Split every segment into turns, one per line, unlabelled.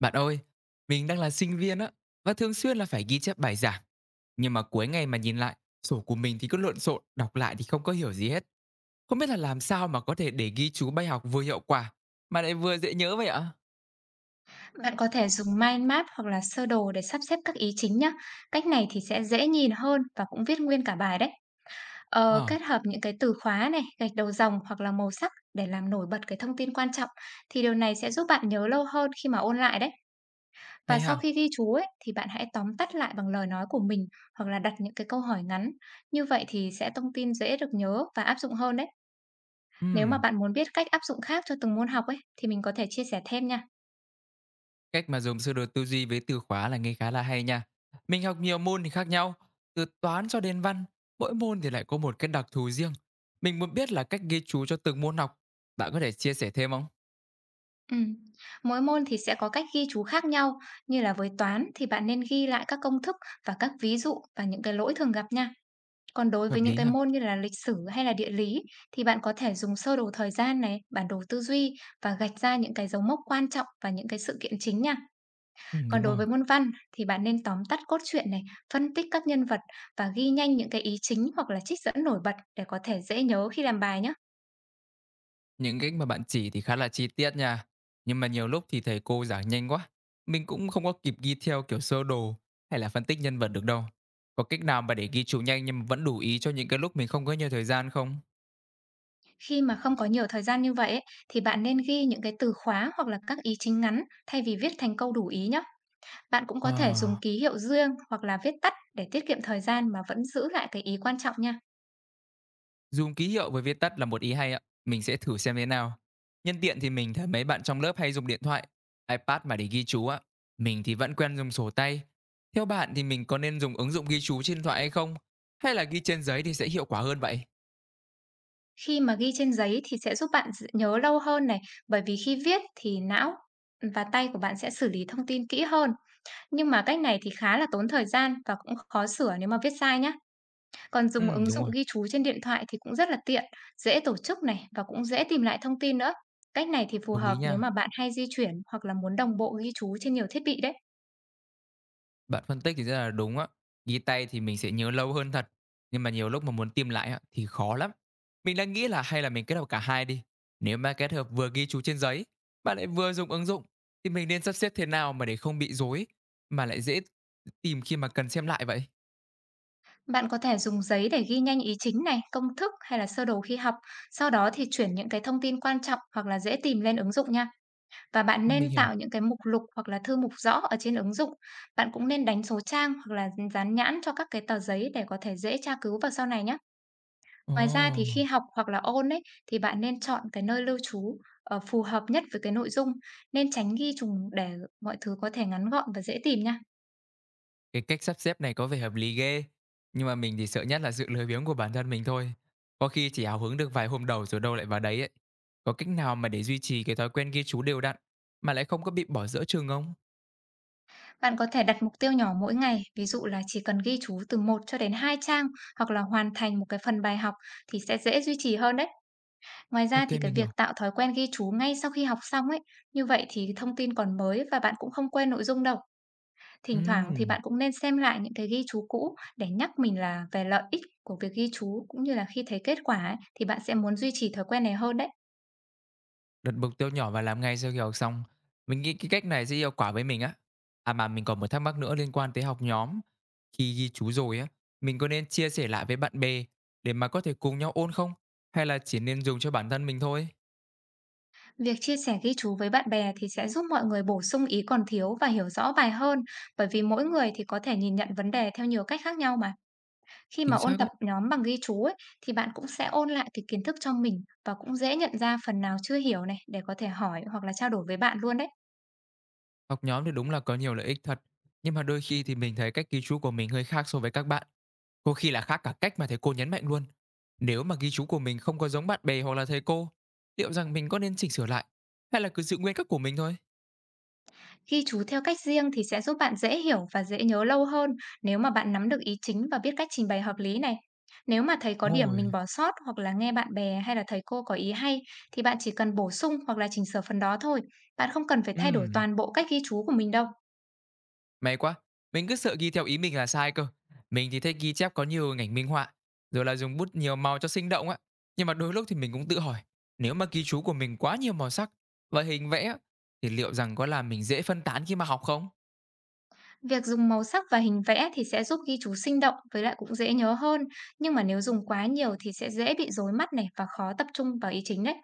Bạn ơi, mình đang là sinh viên á và thường xuyên là phải ghi chép bài giảng. Nhưng mà cuối ngày mà nhìn lại, sổ của mình thì cứ lộn xộn, đọc lại thì không có hiểu gì hết. Không biết là làm sao mà có thể để ghi chú bài học vừa hiệu quả mà lại vừa dễ nhớ vậy ạ?
Bạn có thể dùng mind map hoặc là sơ đồ để sắp xếp các ý chính nhé. Cách này thì sẽ dễ nhìn hơn và cũng viết nguyên cả bài đấy.
Ờ,
Kết hợp những cái từ khóa này, gạch đầu dòng hoặc là màu sắc để làm nổi bật cái thông tin quan trọng thì điều này sẽ giúp bạn nhớ lâu hơn khi mà ôn lại đấy. Và
hay
sau
ha.
khi ghi chú ấy thì bạn hãy tóm tắt lại bằng lời nói của mình hoặc là đặt những cái câu hỏi ngắn. Như vậy thì sẽ thông tin dễ được nhớ và áp dụng hơn đấy. Nếu mà
Ừm,
bạn muốn biết cách áp dụng khác cho từng môn học ấy thì mình có thể chia sẻ thêm nha.
cách mà dùng sơ đồ tư duy với từ khóa là nghe khá là hay nha. Mình học nhiều môn thì khác nhau, từ toán cho đến văn, mỗi môn thì lại có một cái đặc thù riêng. Mình muốn biết là cách ghi chú cho từng môn học. Bạn có thể chia sẻ thêm không?
Ừm, mỗi môn thì sẽ có cách ghi chú khác nhau, như là với toán thì bạn nên ghi lại các công thức và các ví dụ và những cái lỗi thường gặp nha. Còn đối
Hợp
với những
lý
cái
ha.
môn như là lịch sử hay là địa lý thì bạn có thể dùng sơ đồ thời gian này, bản đồ tư duy và gạch ra những cái dấu mốc quan trọng và những cái sự kiện chính nha.
Ừ,
Còn
đúng
đối
rồi.
với môn văn thì bạn nên tóm tắt cốt truyện này, phân tích các nhân vật và ghi nhanh những cái ý chính hoặc là trích dẫn nổi bật để có thể dễ nhớ khi làm bài nhé.
Những cách mà bạn chỉ thì khá là chi tiết nha, nhưng mà nhiều lúc thì thầy cô giảng nhanh quá, mình cũng không có kịp ghi theo kiểu sơ đồ hay là phân tích nhân vật được đâu. Có cách nào mà để ghi chú nhanh nhưng mà vẫn đủ ý cho những cái lúc mình không có nhiều thời gian không?
Khi mà không có nhiều thời gian như vậy ấy, thì bạn nên ghi những cái từ khóa hoặc là các ý chính ngắn thay vì viết thành câu đủ ý nhé. Bạn cũng có thể dùng
À,
ký hiệu riêng hoặc là viết tắt để tiết kiệm thời gian mà vẫn giữ lại cái ý quan trọng nha.
dùng ký hiệu với viết tắt là một ý hay ạ, mình sẽ thử xem thế nào. Nhân tiện thì mình thấy mấy bạn trong lớp hay dùng điện thoại, iPad mà để ghi chú ạ. Mình thì vẫn quen dùng sổ tay. Theo bạn thì mình có nên dùng ứng dụng ghi chú trên điện thoại hay không? Hay là ghi trên giấy thì sẽ hiệu quả hơn vậy?
Khi mà ghi trên giấy thì sẽ giúp bạn nhớ lâu hơn này, bởi vì khi viết thì não và tay của bạn sẽ xử lý thông tin kỹ hơn. Nhưng mà cách này thì khá là tốn thời gian và cũng khó sửa nếu mà viết sai nhé. Còn
Ừ,
dùng ứng
đúng
dụng
rồi,
ghi chú trên điện thoại thì cũng rất là tiện, dễ tổ chức này và cũng dễ tìm lại thông tin nữa. Cách này thì phù
đồng ý
hợp nếu
nha.
mà bạn hay di chuyển hoặc là muốn đồng bộ ghi chú trên nhiều thiết bị đấy.
Bạn phân tích thì rất là đúng á. Ghi tay thì mình sẽ nhớ lâu hơn thật, nhưng mà nhiều lúc mà muốn tìm lại á, thì khó lắm. Mình đang nghĩ là hay là mình kết hợp cả hai đi. Nếu mà kết hợp vừa ghi chú trên giấy mà lại vừa dùng ứng dụng thì mình nên sắp xếp thế nào mà để không bị rối mà lại dễ tìm khi mà cần xem lại vậy?
Bạn có thể dùng giấy để ghi nhanh ý chính này, công thức hay là sơ đồ khi học, sau đó thì chuyển những cái thông tin quan trọng hoặc là dễ tìm lên ứng dụng nha. Và bạn
Mình
nên
hiểu.
tạo những cái mục lục hoặc là thư mục rõ ở trên ứng dụng. Bạn cũng nên đánh số trang hoặc là dán nhãn cho các cái tờ giấy để có thể dễ tra cứu vào sau này nhé.
Ồ.
Ngoài ra thì khi học hoặc là ôn ấy, thì bạn nên chọn cái nơi lưu trú, phù hợp nhất với cái nội dung, nên tránh ghi trùng để mọi thứ có thể ngắn gọn và dễ tìm nha.
Cái cách sắp xếp này có vẻ hợp lý ghê, nhưng mà mình thì sợ nhất là sự lười biếng của bản thân mình thôi. Có khi chỉ hào hứng được vài hôm đầu rồi đâu lại vào đấy ấy. Có cách nào mà để duy trì cái thói quen ghi chú đều đặn mà lại không có bị bỏ giữa chừng không?
Bạn có thể đặt mục tiêu nhỏ mỗi ngày, ví dụ là chỉ cần ghi chú từ một cho đến 2 trang hoặc là hoàn thành một cái phần bài học thì sẽ dễ duy trì hơn đấy. Ngoài ra
Ok,
thì cái
mình hiểu.
việc tạo thói quen ghi chú ngay sau khi học xong ấy, như vậy thì thông tin còn mới và bạn cũng không quên nội dung đâu. Thỉnh thoảng thì
Ừm,
bạn cũng nên xem lại những cái ghi chú cũ để nhắc mình là về lợi ích của việc ghi chú cũng như là khi thấy kết quả ấy, thì bạn sẽ muốn duy trì thói quen này hơn đấy.
đặt mục tiêu nhỏ và làm ngay sau khi học xong. Mình nghĩ cái cách này sẽ hiệu quả với mình á. À mà mình còn một thắc mắc nữa liên quan tới học nhóm. Khi ghi chú rồi á, mình có nên chia sẻ lại với bạn bè để mà có thể cùng nhau ôn không? Hay là chỉ nên dùng cho bản thân mình thôi?
Việc chia sẻ ghi chú với bạn bè thì sẽ giúp mọi người bổ sung ý còn thiếu và hiểu rõ bài hơn, bởi vì mỗi người thì có thể nhìn nhận vấn đề theo nhiều cách khác nhau mà. Khi mà
Chính
ôn
xác
tập
ấy.
nhóm bằng ghi chú ấy thì bạn cũng sẽ ôn lại cái kiến thức cho mình và cũng dễ nhận ra phần nào chưa hiểu này để có thể hỏi hoặc là trao đổi với bạn luôn đấy.
Học nhóm thì đúng là có nhiều lợi ích thật, nhưng mà đôi khi thì mình thấy cách ghi chú của mình hơi khác so với các bạn. Có khi là khác cả cách mà thầy cô nhấn mạnh luôn. Nếu mà ghi chú của mình không có giống bạn bè hoặc là thầy cô, liệu rằng mình có nên chỉnh sửa lại hay là cứ giữ nguyên các của mình thôi?
Ghi chú theo cách riêng thì sẽ giúp bạn dễ hiểu và dễ nhớ lâu hơn nếu mà bạn nắm được ý chính và biết cách trình bày hợp lý này. Nếu mà thấy có
Đúng
điểm
rồi.
mình bỏ sót hoặc là nghe bạn bè hay là thầy cô có ý hay thì bạn chỉ cần bổ sung hoặc là chỉnh sửa phần đó thôi. Bạn không cần phải thay đổi
Ừm,
toàn bộ cách ghi chú của mình đâu.
may quá. Mình cứ sợ ghi theo ý mình là sai cơ. Mình thì thích ghi chép có nhiều hình ảnh minh họa, rồi là dùng bút nhiều màu cho sinh động á. Nhưng mà đôi lúc thì mình cũng tự hỏi, nếu mà ghi chú của mình quá nhiều màu sắc và hình vẽ á, thì liệu rằng có làm mình dễ phân tán khi mà học không?
Việc dùng màu sắc và hình vẽ thì sẽ giúp ghi chú sinh động với lại cũng dễ nhớ hơn. Nhưng mà nếu dùng quá nhiều thì sẽ dễ bị rối mắt này và khó tập trung vào ý chính đấy.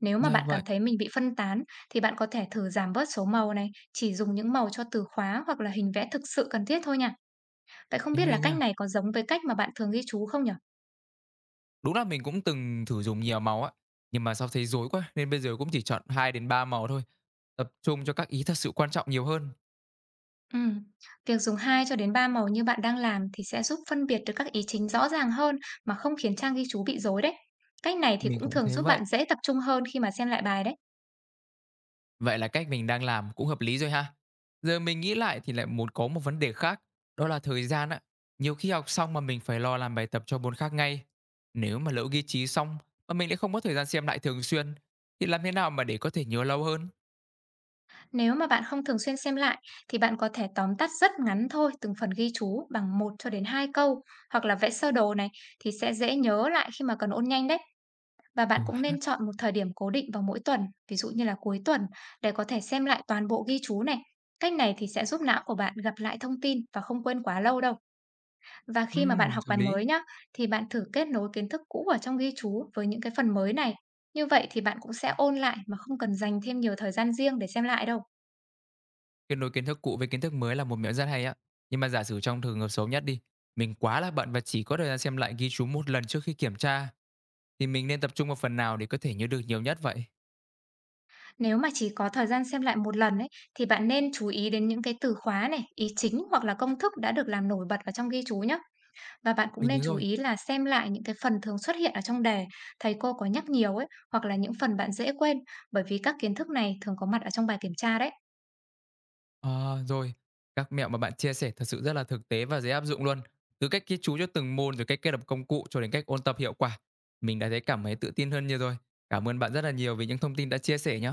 Nếu mà
Ra
bạn cảm
vậy,
thấy mình bị phân tán thì bạn có thể thử giảm bớt số màu này, chỉ dùng những màu cho từ khóa hoặc là hình vẽ thực sự cần thiết thôi nha. Vậy không
thì
biết là
hay
cách
nha.
này có giống với cách mà bạn thường ghi chú không nhở?
Đúng là mình cũng từng thử dùng nhiều màu á, nhưng mà sau thấy rối quá nên bây giờ cũng chỉ chọn 2 đến 3 màu thôi, tập trung cho các ý thật sự quan trọng nhiều hơn.
Ừm, Việc dùng 2 cho đến 3 màu như bạn đang làm thì sẽ giúp phân biệt được các ý chính rõ ràng hơn mà không khiến trang ghi chú bị rối đấy. Cách này thì
Mình
cũng
cũng
thường
thấy
giúp
vậy.
bạn dễ tập trung hơn khi mà xem lại bài đấy.
Vậy là cách mình đang làm cũng hợp lý rồi ha. Giờ mình nghĩ lại thì lại muốn có một vấn đề khác, đó là thời gian á. Nhiều khi học xong mà mình phải lo làm bài tập cho môn khác ngay. Nếu mà lỡ ghi chú xong mà mình lại không có thời gian xem lại thường xuyên thì làm thế nào mà để có thể nhớ lâu hơn?
Nếu mà bạn không thường xuyên xem lại thì bạn có thể tóm tắt rất ngắn thôi từng phần ghi chú bằng một cho đến 2 câu hoặc là vẽ sơ đồ này thì sẽ dễ nhớ lại khi mà cần ôn nhanh đấy. Và
Ừ
bạn cũng
ha.
nên chọn một thời điểm cố định vào mỗi tuần, ví dụ như là cuối tuần để có thể xem lại toàn bộ ghi chú này. Cách này thì sẽ giúp não của bạn gặp lại thông tin và không quên quá lâu đâu. Và khi mà bạn học
Hợp
bài
lý.
mới nhá thì bạn thử kết nối kiến thức cũ ở trong ghi chú với những cái phần mới này. Như vậy thì bạn cũng sẽ ôn lại mà không cần dành thêm nhiều thời gian riêng để xem lại đâu.
Kết nối kiến thức cũ với kiến thức mới là một mẹo rất hay á. Nhưng mà giả sử trong trường hợp xấu nhất đi, mình quá là bận và chỉ có thời gian xem lại ghi chú một lần trước khi kiểm tra, thì mình nên tập trung vào phần nào để có thể nhớ được nhiều nhất vậy?
Nếu mà chỉ có thời gian xem lại một lần ấy, thì bạn nên chú ý đến những cái từ khóa này, ý chính hoặc là công thức đã được làm nổi bật ở trong ghi chú nhé. Và bạn cũng
Mình
nên
nhớ
chú
rồi.
ý là xem lại những cái phần thường xuất hiện ở trong đề, thầy cô có nhắc nhiều ấy, hoặc là những phần bạn dễ quên, bởi vì các kiến thức này thường có mặt ở trong bài kiểm tra đấy.
Ờ, rồi. Các mẹo mà bạn chia sẻ thật sự rất là thực tế và dễ áp dụng luôn. Từ cách ghi chú cho từng môn rồi cách kết hợp công cụ cho đến cách ôn tập hiệu quả. Mình đã thấy cảm thấy tự tin hơn nhiều rồi. Cảm ơn bạn rất là nhiều vì những thông tin đã chia sẻ nhé.